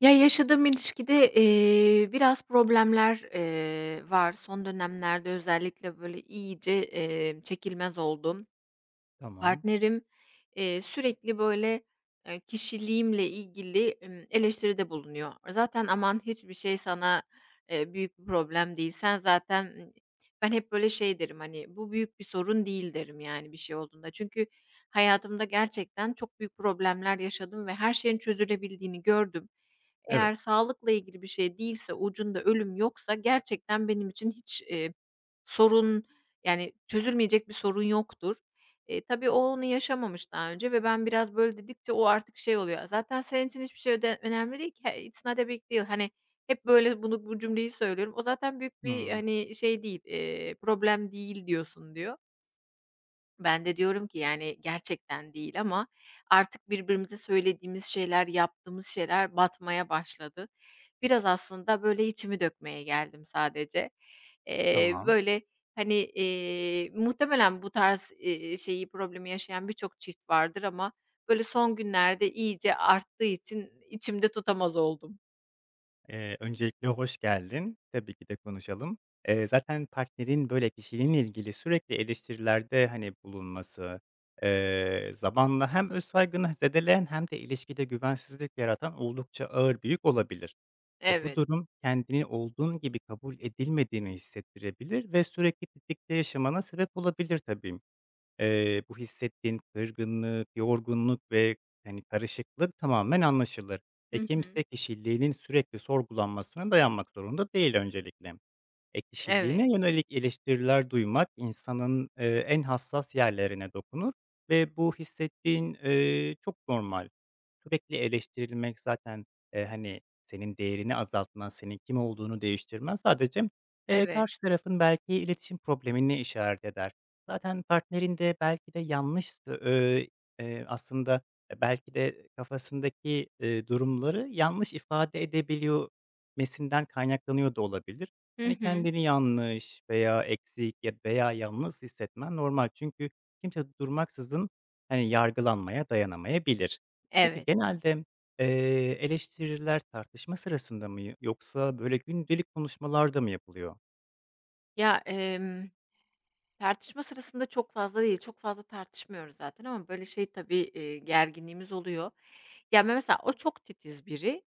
Ya, yaşadığım ilişkide, biraz problemler, var. Son dönemlerde özellikle, böyle, iyice, çekilmez oldum. Tamam. Partnerim, sürekli, böyle, kişiliğimle ilgili, eleştiride bulunuyor. Zaten aman hiçbir şey sana, büyük bir problem değil. Sen zaten ben hep, böyle, şey derim, hani, "Bu büyük bir sorun değil." derim, yani, bir şey olduğunda. Çünkü hayatımda gerçekten çok büyük problemler yaşadım ve her şeyin çözülebildiğini gördüm. Evet. Eğer sağlıkla ilgili bir şey değilse, ucunda ölüm yoksa gerçekten benim için hiç, sorun, yani, çözülmeyecek bir sorun yoktur. Tabii onu yaşamamış daha önce ve ben biraz böyle dedikçe o artık şey oluyor, "Zaten senin için hiçbir şey öde önemli değil ki. He it's not a big deal." Hani, hep böyle bu cümleyi söylüyorum. "O zaten büyük bir, Hımm. hani, şey değil, problem değil diyorsun." diyor. Ben de diyorum ki, yani, gerçekten değil ama artık birbirimize söylediğimiz şeyler, yaptığımız şeyler batmaya başladı. Biraz aslında, böyle, içimi dökmeye geldim sadece. Tamam. Böyle, hani, muhtemelen bu tarz, şeyi, problemi yaşayan birçok çift vardır ama, böyle, son günlerde iyice arttığı için içimde tutamaz oldum. Öncelikle hoş geldin. Tabii ki de konuşalım. Zaten partnerin, böyle, kişiliğinle ilgili sürekli eleştirilerde, hani, bulunması, zamanla hem öz saygını zedeleyen hem de ilişkide güvensizlik yaratan oldukça ağır büyük olabilir. E, bu Evet. durum kendini olduğun gibi kabul edilmediğini hissettirebilir ve sürekli tetikte yaşamana sebep olabilir tabii. Bu hissettiğin kırgınlık, yorgunluk ve, hani, karışıklık tamamen anlaşılır. E, Hı hı. kimse kişiliğinin sürekli sorgulanmasına dayanmak zorunda değil öncelikle. E, Evet, kişiliğine yönelik eleştiriler duymak insanın, en hassas yerlerine dokunur ve bu hissettiğin, çok normal. Sürekli eleştirilmek zaten, hani, senin değerini azaltmaz, senin kim olduğunu değiştirmez. Sadece, evet. karşı tarafın belki iletişim problemini işaret eder. Zaten partnerin de belki de eee, aslında, belki de kafasındaki, durumları yanlış ifade edebiliyor mesinden kaynaklanıyor da olabilir. Hı Hani, hı. kendini yanlış veya eksik ya veya yalnız hissetmen normal. Çünkü kimse durmaksızın, hani, yargılanmaya dayanamayabilir. Peki, Evet. genelde, eleştiriler tartışma sırasında mı yoksa böyle gündelik konuşmalarda mı yapılıyor? Ya, tartışma sırasında çok fazla değil, çok fazla tartışmıyoruz zaten ama böyle şey tabii, gerginliğimiz oluyor. Ya, mesela o çok titiz biri,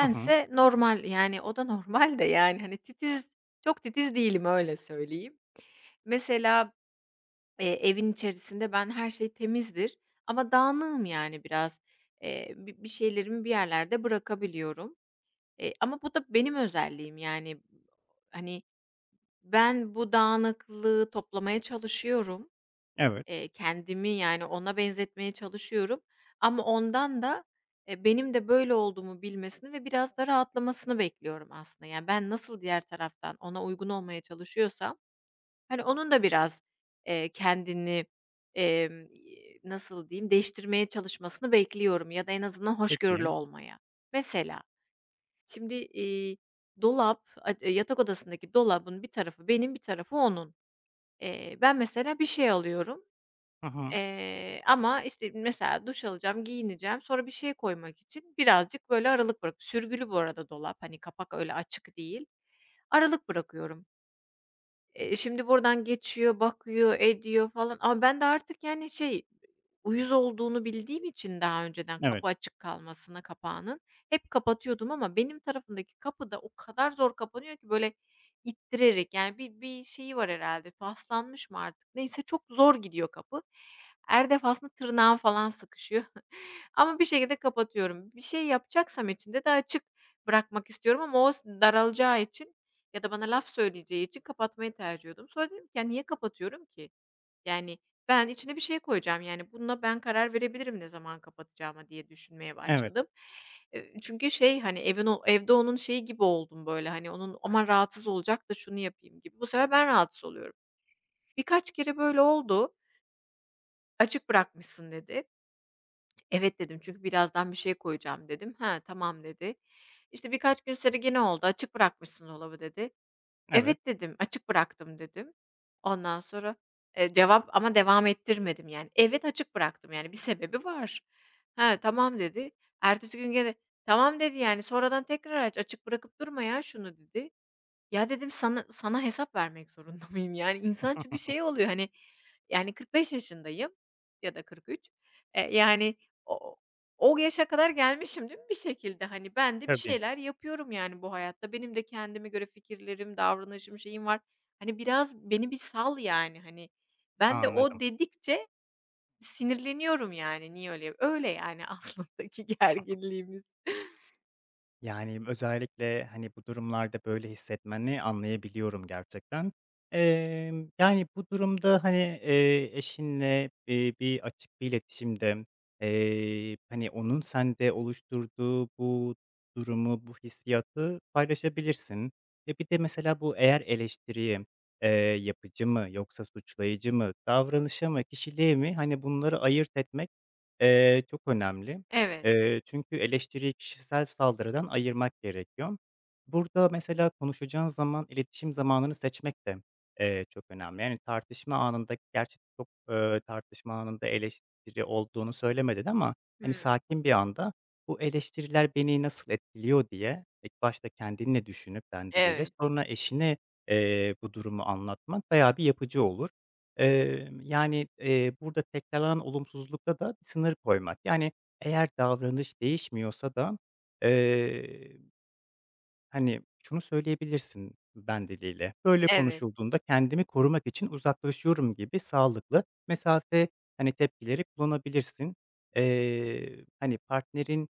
Hı hı. normal, yani, o da normal de, yani, hani, titiz, çok titiz değilim, öyle söyleyeyim. Mesela, evin içerisinde ben her şey temizdir ama dağınığım, yani, biraz. Bir şeylerimi bir yerlerde bırakabiliyorum, ama bu da benim özelliğim, yani, hani, ben bu dağınıklığı toplamaya çalışıyorum. Evet. Kendimi, yani, ona benzetmeye çalışıyorum ama ondan da, benim de böyle olduğumu bilmesini ve biraz da rahatlamasını bekliyorum aslında. Yani, ben nasıl diğer taraftan ona uygun olmaya çalışıyorsam, hani, onun da biraz, kendini, emm, nasıl diyeyim, değiştirmeye çalışmasını bekliyorum ya da en azından Peki. hoşgörülü olmaya. Mesela şimdi, dolap, yatak odasındaki dolabın bir tarafı benim, bir tarafı onun. Ben mesela bir şey alıyorum. Hı hı. Ama, işte, mesela duş alacağım, giyineceğim, sonra bir şey koymak için birazcık böyle aralık bırak. Sürgülü bu arada dolap, hani, kapak öyle açık değil. Aralık bırakıyorum. Şimdi buradan geçiyor, bakıyor, ediyor falan ama ben de artık, yani, şey, uyuz olduğunu bildiğim için daha önceden Evet. kapı açık kalmasına kapağının, hep kapatıyordum ama benim tarafımdaki kapı da o kadar zor kapanıyor ki, böyle, ittirerek, yani, bir şeyi var herhâlde, paslanmış mı artık neyse çok zor gidiyor kapı. Her defasında tırnağım falan sıkışıyor ama bir şekilde kapatıyorum. Bir şey yapacaksam içinde de açık bırakmak istiyorum ama o daralacağı için ya da bana laf söyleyeceği için kapatmayı tercih ediyordum. Sonra dedim ki ya niye kapatıyorum ki? Yani ben içine bir şey koyacağım. Yani bununla ben karar verebilirim ne zaman kapatacağıma diye düşünmeye Evet. başladım. Çünkü şey hani o evde onun şeyi gibi oldum böyle hani onun aman rahatsız olacak da şunu yapayım gibi. Bu sefer ben rahatsız oluyorum. Birkaç kere böyle oldu. Açık bırakmışsın dedi. Evet dedim çünkü birazdan bir şey koyacağım dedim. Ha tamam dedi. İşte birkaç gün sonra gene oldu açık bırakmışsın dolabı dedi. Evet. "Evet." dedim, "Açık bıraktım." dedim. Ondan sonra, cevap ama devam ettirmedim yani. "Evet, açık bıraktım." yani bir sebebi var. Ha tamam." dedi. Ertesi gün gene, "Tamam." dedi, yani, "Sonradan açık bırakıp durma ya şunu." dedi. Ya, dedim, sana hesap vermek zorunda mıyım? Yani, insan çünkü şey oluyor, hani, yani, 45 yaşındayım ya da 43. Yani, o o yaşa kadar gelmişim değil mi bir şekilde? Hani, ben de bir Tabii. şeyler yapıyorum, yani, bu hayatta. Benim de kendime göre fikirlerim, davranışım, şeyim var. Hani, biraz beni bir sal, yani, hani. Ben de o Anladım. dedikçe sinirleniyorum, yani, niye öyle, yani, aslındaki gerginliğimiz. Yani, özellikle, hani, bu durumlarda böyle hissetmeni anlayabiliyorum gerçekten. Yani, bu durumda, hani, eşinle, bir açık bir iletişimde, hani, onun sende oluşturduğu bu durumu, bu hissiyatı paylaşabilirsin. E, bir de mesela bu eğer eleştiriyi, eee, yapıcı mı yoksa suçlayıcı mı, davranışa mı, kişiliğe mi, hani, bunları ayırt etmek, çok önemli. Evet. Çünkü eleştiriyi kişisel saldırıdan ayırmak gerekiyor. Burada mesela konuşacağın zaman iletişim zamanını seçmek de, çok önemli. Yani tartışma anında gerçi tartışma anında eleştiri olduğunu söylemedin ama, hani, Hımm. sakin bir anda "Bu eleştiriler beni nasıl etkiliyor?" diye ilk başta kendinle düşünüp ben diliyle Evet, sonra eşine, bu durumu anlatmak bayağı bir yapıcı olur. Burada tekrarlanan olumsuzlukta da bir sınır koymak. Yani eğer davranış değişmiyorsa da, eee, hani, şunu söyleyebilirsin ben diliyle, "Böyle evet, konuşulduğunda kendimi korumak için uzaklaşıyorum." gibi sağlıklı, mesafe, hani, tepkileri kullanabilirsin. Hani, partnerinin,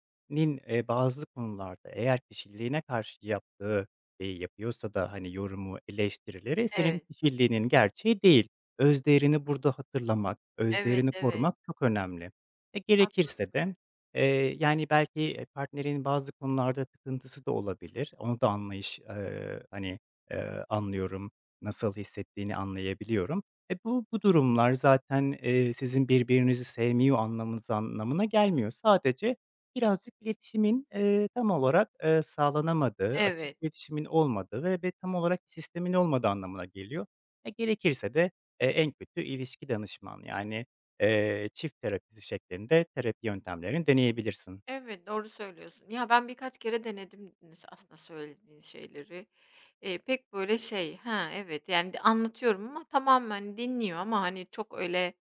bazı konularda eğer kişiliğine karşı yaptığı, yapıyorsa da, hani, yorumu, eleştirileri senin evet, kişiliğinin gerçeği değil. Öz değerini burada hatırlamak, öz evet, değerini evet, evet. korumak çok önemli. E, gerekirse Haklısın. de. Yani, belki, partnerinin bazı konularda tıkıntısı da olabilir. Onu da anlayış, hani, anlıyorum, nasıl hissettiğini anlayabiliyorum. E, bu durumlar zaten, sizin birbirinizi sevmiyor anlamınız anlamına gelmiyor. Sadece birazcık iletişimin, tam olarak, sağlanamadığı, açık Evet, iletişimin olmadığı ve tam olarak sistemin olmadığı anlamına geliyor. E, gerekirse de, en kötü ilişki danışman. Yani, çift terapisi şeklinde terapi yöntemlerini deneyebilirsin. evet, doğru söylüyorsun. Ya, ben birkaç kere denedim nes aslında söylediğin şeyleri. Pek böyle şey, ha, evet, yani, anlatıyorum ama tamamen dinliyor ama, hani, çok öyle.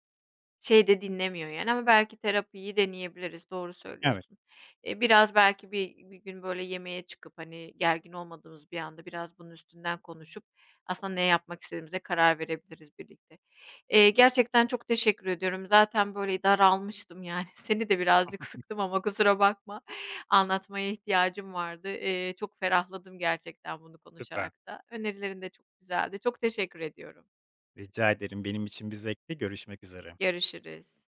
Şey de dinlemiyor yani ama belki terapiyi deneyebiliriz, doğru Evet, söylüyorsun. Biraz belki bir gün böyle yemeğe çıkıp, hani, gergin olmadığımız bir anda biraz bunun üstünden konuşup aslında ne yapmak istediğimize karar verebiliriz birlikte. Gerçekten çok teşekkür ediyorum. Zaten böyle daralmıştım yani. Seni de birazcık sıktım ama kusura bakma. Anlatmaya ihtiyacım vardı. Çok ferahladım gerçekten bunu süper. konuşarak da. Önerilerin de çok güzeldi. Çok teşekkür ediyorum. Rica ederim. Benim için bir zevkti. Görüşmek üzere. Görüşürüz.